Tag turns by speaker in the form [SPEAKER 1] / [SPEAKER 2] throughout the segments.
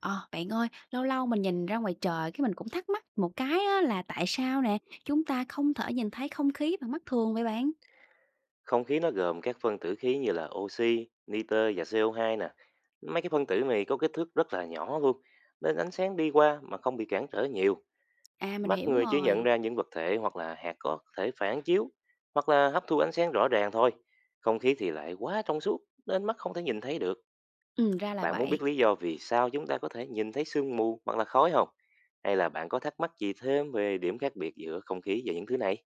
[SPEAKER 1] Ờ, Bạn ơi, lâu lâu mình nhìn ra ngoài trời cái mình cũng thắc mắc một cái á, là tại sao nè, chúng ta không thể nhìn thấy không khí bằng mắt thường vậy bạn?
[SPEAKER 2] Không khí nó gồm các phân tử khí như là oxy, nitơ và CO2 nè. Mấy cái phân tử này có kích thước rất là nhỏ luôn, nên ánh sáng đi qua mà không bị cản trở nhiều.
[SPEAKER 1] À, mình
[SPEAKER 2] Mắt
[SPEAKER 1] hiểu
[SPEAKER 2] người chỉ nhận
[SPEAKER 1] rồi.
[SPEAKER 2] ra những vật thể hoặc là hạt có thể phản chiếu, hoặc là hấp thu ánh sáng rõ ràng thôi. Không khí thì lại quá trong suốt, nên mắt không thể nhìn thấy được.
[SPEAKER 1] Ừ, ra là
[SPEAKER 2] Bạn muốn
[SPEAKER 1] vậy.
[SPEAKER 2] biết lý do vì sao chúng ta có thể nhìn thấy sương mù hoặc là khói không? Hay là bạn có thắc mắc gì thêm về điểm khác biệt giữa không khí và những thứ này?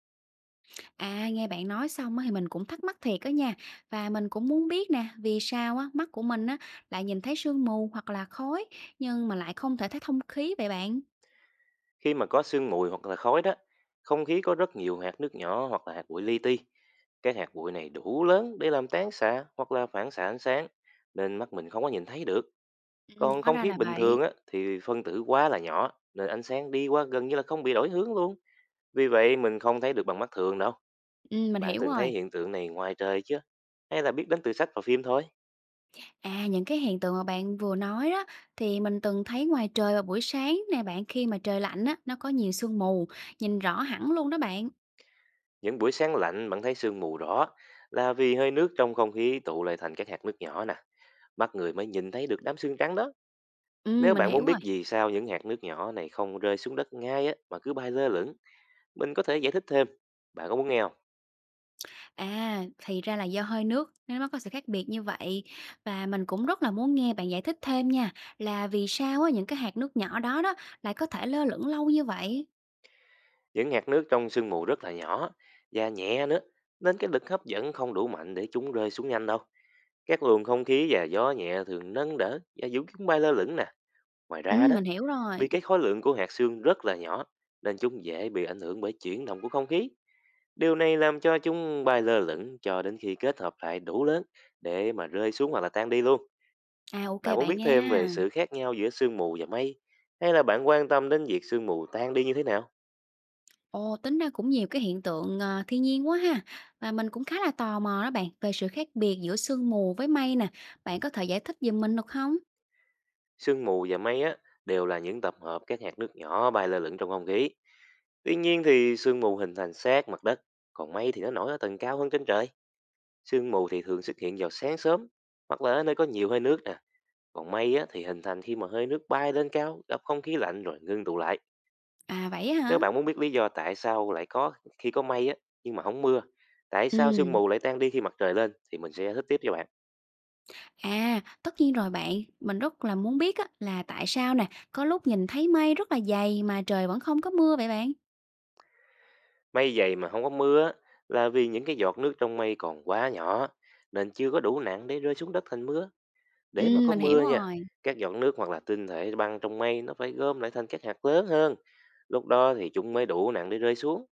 [SPEAKER 1] À, nghe bạn nói xong á, thì mình cũng thắc mắc thiệt đó nha. Và mình cũng muốn biết nè, vì sao á, mắt của mình á, lại nhìn thấy sương mù hoặc là khói, nhưng mà lại không thể thấy không khí vậy bạn?
[SPEAKER 2] Khi mà có sương mù hoặc là khói đó, không khí có rất nhiều hạt nước nhỏ hoặc là hạt bụi li ti. Các hạt bụi này đủ lớn để làm tán xạ hoặc là phản xạ ánh sáng, nên mắt mình không có nhìn thấy được.
[SPEAKER 1] Ừ,
[SPEAKER 2] Còn
[SPEAKER 1] hóa
[SPEAKER 2] không
[SPEAKER 1] ra
[SPEAKER 2] khí
[SPEAKER 1] là
[SPEAKER 2] bình
[SPEAKER 1] vậy.
[SPEAKER 2] thường á, thì phân tử quá là nhỏ, nên ánh sáng đi qua gần như là không bị đổi hướng luôn. Vì vậy mình không thấy được bằng mắt thường đâu.
[SPEAKER 1] Ừ, mình
[SPEAKER 2] Bạn
[SPEAKER 1] hiểu
[SPEAKER 2] từng thấy
[SPEAKER 1] rồi.
[SPEAKER 2] hiện tượng này ngoài trời chứ? Hay là biết đến từ sách và phim thôi?
[SPEAKER 1] À, những cái hiện tượng mà bạn vừa nói đó thì mình từng thấy ngoài trời vào buổi sáng nè bạn, khi mà trời lạnh á nó có nhiều sương mù, nhìn rõ hẳn luôn đó bạn.
[SPEAKER 2] Những buổi sáng lạnh bạn thấy sương mù rõ là vì hơi nước trong không khí tụ lại thành các hạt nước nhỏ nè. Mắt người mới nhìn thấy được đám sương trắng đó.
[SPEAKER 1] Ừ,
[SPEAKER 2] Nếu
[SPEAKER 1] mình
[SPEAKER 2] bạn muốn
[SPEAKER 1] hiểu rồi.
[SPEAKER 2] biết vì sao những hạt nước nhỏ này không rơi xuống đất ngay á, mà cứ bay lơ lửng, mình có thể giải thích thêm. Bạn có muốn nghe không?
[SPEAKER 1] À, thì ra là do hơi nước nên nó có sự khác biệt như vậy. Và mình cũng rất là muốn nghe bạn giải thích thêm nha, là vì sao á những cái hạt nước nhỏ đó đó lại có thể lơ lửng lâu như vậy?
[SPEAKER 2] Những hạt nước trong sương mù rất là nhỏ và nhẹ nữa, nên cái lực hấp dẫn không đủ mạnh để chúng rơi xuống nhanh đâu. Các luồng không khí và gió nhẹ thường nâng đỡ và giữ chúng bay lơ lửng nè. Ngoài
[SPEAKER 1] Ừ,
[SPEAKER 2] ra đó,
[SPEAKER 1] mình hiểu rồi.
[SPEAKER 2] vì cái khối lượng của hạt sương rất là nhỏ, nên chúng dễ bị ảnh hưởng bởi chuyển động của không khí. Điều này làm cho chúng bay lơ lửng cho đến khi kết hợp lại đủ lớn để mà rơi xuống hoặc là tan đi luôn.
[SPEAKER 1] À, ok
[SPEAKER 2] Bạn muốn
[SPEAKER 1] bạn
[SPEAKER 2] biết
[SPEAKER 1] nha.
[SPEAKER 2] thêm về sự khác nhau giữa sương mù và mây, hay là bạn quan tâm đến việc sương mù tan đi như thế nào?
[SPEAKER 1] Ồ, tính ra cũng nhiều cái hiện tượng, thiên nhiên quá ha. Và mình cũng khá là tò mò đó bạn, về sự khác biệt giữa sương mù với mây nè. Bạn có thể giải thích giùm mình được không?
[SPEAKER 2] Sương mù và mây á đều là những tập hợp các hạt nước nhỏ bay lơ lửng trong không khí. Tuy nhiên thì sương mù hình thành sát mặt đất, còn mây thì nó nổi ở tầng cao hơn trên trời. Sương mù thì thường xuất hiện vào sáng sớm hoặc là ở nơi có nhiều hơi nước nè. Còn mây á thì hình thành khi mà hơi nước bay lên cao, gặp không khí lạnh rồi ngưng tụ lại.
[SPEAKER 1] À, vậy á hả?
[SPEAKER 2] Nếu bạn muốn biết lý do tại sao lại có khi có mây á nhưng mà không mưa, tại sao sương
[SPEAKER 1] Ừm,
[SPEAKER 2] mù lại tan đi khi mặt trời lên, thì mình sẽ giải thích tiếp cho bạn.
[SPEAKER 1] À, tất nhiên rồi bạn. Mình rất là muốn biết á, là tại sao nè, có lúc nhìn thấy mây rất là dày mà trời vẫn không có mưa vậy bạn?
[SPEAKER 2] Mây dày mà không có mưa á, là vì những cái giọt nước trong mây còn quá nhỏ, nên chưa có đủ nặng để rơi xuống đất thành mưa. Để mà có
[SPEAKER 1] Mình hiểu
[SPEAKER 2] mưa nha,
[SPEAKER 1] rồi.
[SPEAKER 2] các giọt nước hoặc là tinh thể băng trong mây nó phải gom lại thành các hạt lớn hơn. Lúc đó thì chúng mới đủ nặng để rơi xuống.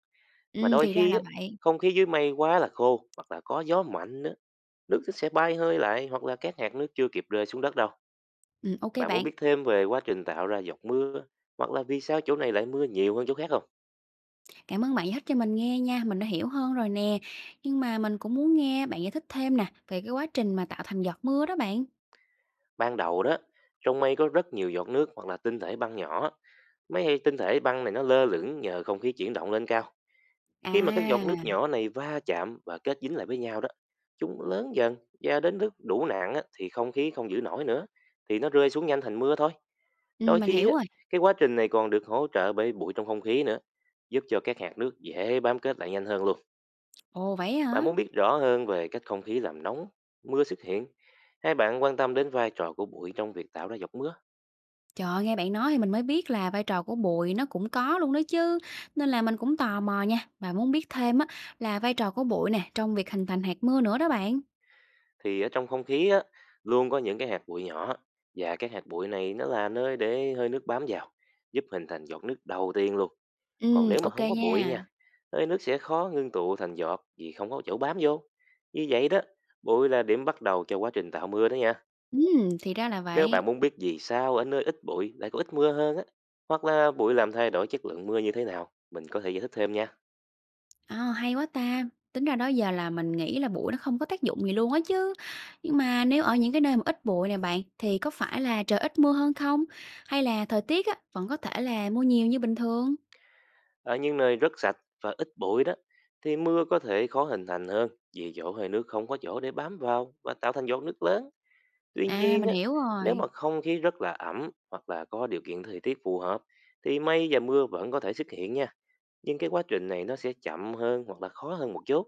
[SPEAKER 2] Mà đôi
[SPEAKER 1] Thì ra
[SPEAKER 2] khi á,
[SPEAKER 1] là vậy.
[SPEAKER 2] không khí dưới mây quá là khô hoặc là có gió mạnh nữa, nước nó sẽ bay hơi lại hoặc là các hạt nước chưa kịp rơi xuống đất đâu.
[SPEAKER 1] Ok
[SPEAKER 2] Bạn muốn
[SPEAKER 1] bạn.
[SPEAKER 2] biết thêm về quá trình tạo ra giọt mưa, hoặc là vì sao chỗ này lại mưa nhiều hơn chỗ khác không?
[SPEAKER 1] Cảm ơn bạn giải thích cho mình nghe nha, mình đã hiểu hơn rồi nè. Nhưng mà mình cũng muốn nghe bạn giải thích thêm nè, về cái quá trình mà tạo thành giọt mưa đó bạn.
[SPEAKER 2] Ban đầu đó, trong mây có rất nhiều giọt nước hoặc là tinh thể băng nhỏ. Mấy tinh thể băng này nó lơ lửng nhờ không khí chuyển động lên cao. Khi mà các giọt
[SPEAKER 1] À,
[SPEAKER 2] nước nhỏ này va chạm và kết dính lại với nhau đó, chúng lớn dần và đến lúc đủ nặng á, thì không khí không giữ nổi nữa, thì nó rơi xuống nhanh thành mưa thôi. Đôi
[SPEAKER 1] mình
[SPEAKER 2] khi
[SPEAKER 1] hiểu
[SPEAKER 2] á,
[SPEAKER 1] rồi.
[SPEAKER 2] cái quá trình này còn được hỗ trợ bởi bụi trong không khí nữa, giúp cho các hạt nước dễ bám kết lại nhanh hơn luôn.
[SPEAKER 1] Ồ, vậy
[SPEAKER 2] Bạn
[SPEAKER 1] hả?
[SPEAKER 2] muốn biết rõ hơn về cách không khí làm nóng, mưa xuất hiện, hay bạn quan tâm đến vai trò của bụi trong việc tạo ra giọt mưa?
[SPEAKER 1] Trời ơi, nghe bạn nói thì mình mới biết là vai trò của bụi nó cũng có luôn đó chứ. Nên là mình cũng tò mò nha, và muốn biết thêm á là vai trò của bụi nè trong việc hình thành hạt mưa nữa đó bạn.
[SPEAKER 2] Thì ở trong không khí á, luôn có những cái hạt bụi nhỏ, và các hạt bụi này nó là nơi để hơi nước bám vào, giúp hình thành giọt nước đầu tiên luôn. Còn nếu mà
[SPEAKER 1] Ok
[SPEAKER 2] không có bụi
[SPEAKER 1] nha.
[SPEAKER 2] nha, hơi nước sẽ khó ngưng tụ thành giọt vì không có chỗ bám vô. Như vậy đó, bụi là điểm bắt đầu cho quá trình tạo mưa đó nha.
[SPEAKER 1] Thì ra là
[SPEAKER 2] Nếu
[SPEAKER 1] vậy.
[SPEAKER 2] bạn muốn biết vì sao ở nơi ít bụi lại có ít mưa hơn á, hoặc là bụi làm thay đổi chất lượng mưa như thế nào, mình có thể giải thích thêm nha.
[SPEAKER 1] À, hay quá ta. Tính ra đó giờ là mình nghĩ là bụi nó không có tác dụng gì luôn á chứ. Nhưng mà nếu ở những cái nơi mà ít bụi nè bạn, thì có phải là trời ít mưa hơn không? Hay là thời tiết á, vẫn có thể là mưa nhiều như bình thường?
[SPEAKER 2] Ở những nơi rất sạch và ít bụi đó, thì mưa có thể khó hình thành hơn, vì chỗ hơi nước không có chỗ để bám vào và tạo thành giọt nước lớn. Tuy
[SPEAKER 1] À,
[SPEAKER 2] nhiên
[SPEAKER 1] mình
[SPEAKER 2] á,
[SPEAKER 1] hiểu
[SPEAKER 2] nếu mà
[SPEAKER 1] rồi.
[SPEAKER 2] không khí rất là ẩm hoặc là có điều kiện thời tiết phù hợp, thì mây và mưa vẫn có thể xuất hiện nha. Nhưng cái quá trình này nó sẽ chậm hơn hoặc là khó hơn một chút.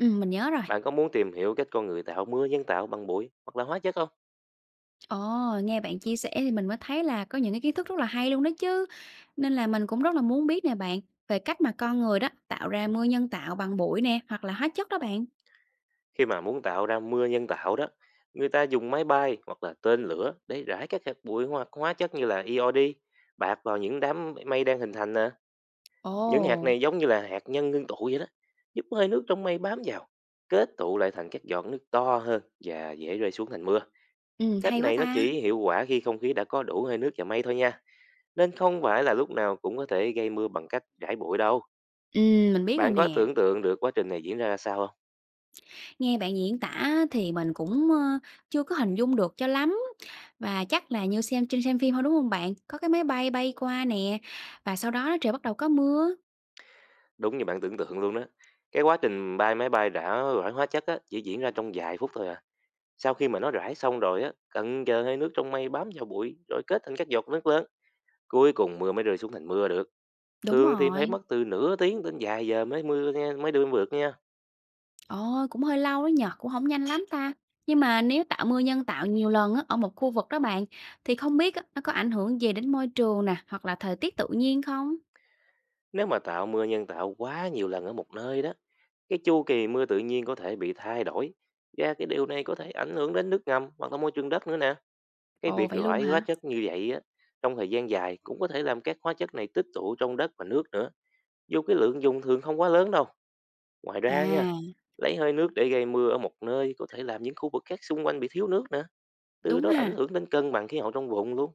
[SPEAKER 1] Mình nhớ rồi.
[SPEAKER 2] Bạn có muốn tìm hiểu cách con người tạo mưa nhân tạo bằng bụi hoặc là hóa chất không?
[SPEAKER 1] Ồ, nghe bạn chia sẻ thì mình mới thấy là có những cái kiến thức rất là hay luôn đó chứ. Nên là mình cũng rất là muốn biết nè bạn, về cách mà con người đó tạo ra mưa nhân tạo bằng bụi nè, hoặc là hóa chất đó bạn.
[SPEAKER 2] Khi mà muốn tạo ra mưa nhân tạo đó, người ta dùng máy bay hoặc là tên lửa để rải các hạt bụi hoặc hóa chất như là iod, bạc vào những đám mây đang hình thành nè. Những hạt
[SPEAKER 1] Ồ,
[SPEAKER 2] này giống như là hạt nhân ngưng tụ vậy đó, giúp hơi nước trong mây bám vào, kết tụ lại thành các giọt nước to hơn và dễ rơi xuống thành mưa. Cách
[SPEAKER 1] hay quá
[SPEAKER 2] này nó
[SPEAKER 1] ta.
[SPEAKER 2] chỉ hiệu quả khi không khí đã có đủ hơi nước và mây thôi nha, nên không phải là lúc nào cũng có thể gây mưa bằng cách rải bụi đâu.
[SPEAKER 1] Mình biết rồi
[SPEAKER 2] Bạn có
[SPEAKER 1] nè.
[SPEAKER 2] tưởng tượng được quá trình này diễn ra ra sao không?
[SPEAKER 1] Nghe bạn diễn tả thì mình cũng, chưa có hình dung được cho lắm, và chắc là như xem phim thôi, đúng không bạn? Có cái máy bay bay qua nè, và sau đó trời bắt đầu có mưa.
[SPEAKER 2] Đúng như bạn tưởng tượng luôn đó. Cái quá trình bay máy bay rã rải hóa chất á, chỉ diễn ra trong vài phút thôi à. Sau khi mà nó rải xong rồi á, cần giờ hơi nước trong mây bám vào bụi rồi kết thành các giọt nước lớn. Cuối cùng mưa mới rơi xuống thành mưa được.
[SPEAKER 1] Đúng
[SPEAKER 2] Thường thì phải
[SPEAKER 1] rồi.
[SPEAKER 2] mất từ nửa tiếng đến vài giờ mới mưa nha, mới đưa vượt nha.
[SPEAKER 1] Ồ, cũng hơi lâu đó nhỉ, cũng không nhanh lắm ta. Nhưng mà nếu tạo mưa nhân tạo nhiều lần á, ở một khu vực đó bạn, thì không biết á, nó có ảnh hưởng gì đến môi trường nè, hoặc là thời tiết tự nhiên không?
[SPEAKER 2] Nếu mà tạo mưa nhân tạo quá nhiều lần ở một nơi đó, cái chu kỳ mưa tự nhiên có thể bị thay đổi. Và cái điều này có thể ảnh hưởng đến nước ngầm hoặc là môi trường đất nữa nè. Cái
[SPEAKER 1] Ồ,
[SPEAKER 2] việc
[SPEAKER 1] vậy luôn
[SPEAKER 2] rải hóa
[SPEAKER 1] hả?
[SPEAKER 2] chất như vậy á, trong thời gian dài cũng có thể làm các hóa chất này tích tụ trong đất và nước nữa, dù cái lượng dùng thường không quá lớn đâu. Ngoài ra nha,
[SPEAKER 1] À,
[SPEAKER 2] lấy hơi nước để gây mưa ở một nơi có thể làm những khu vực khác xung quanh bị thiếu nước nữa, từ
[SPEAKER 1] đúng
[SPEAKER 2] đó ảnh
[SPEAKER 1] ha.
[SPEAKER 2] hưởng đến cân bằng khí hậu trong vùng luôn.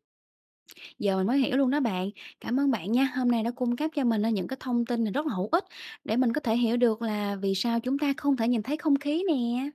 [SPEAKER 1] Giờ mình mới hiểu luôn đó bạn. Cảm ơn bạn nha, hôm nay đã cung cấp cho mình, những cái thông tin này rất là hữu ích để mình có thể hiểu được là vì sao chúng ta không thể nhìn thấy không khí nè.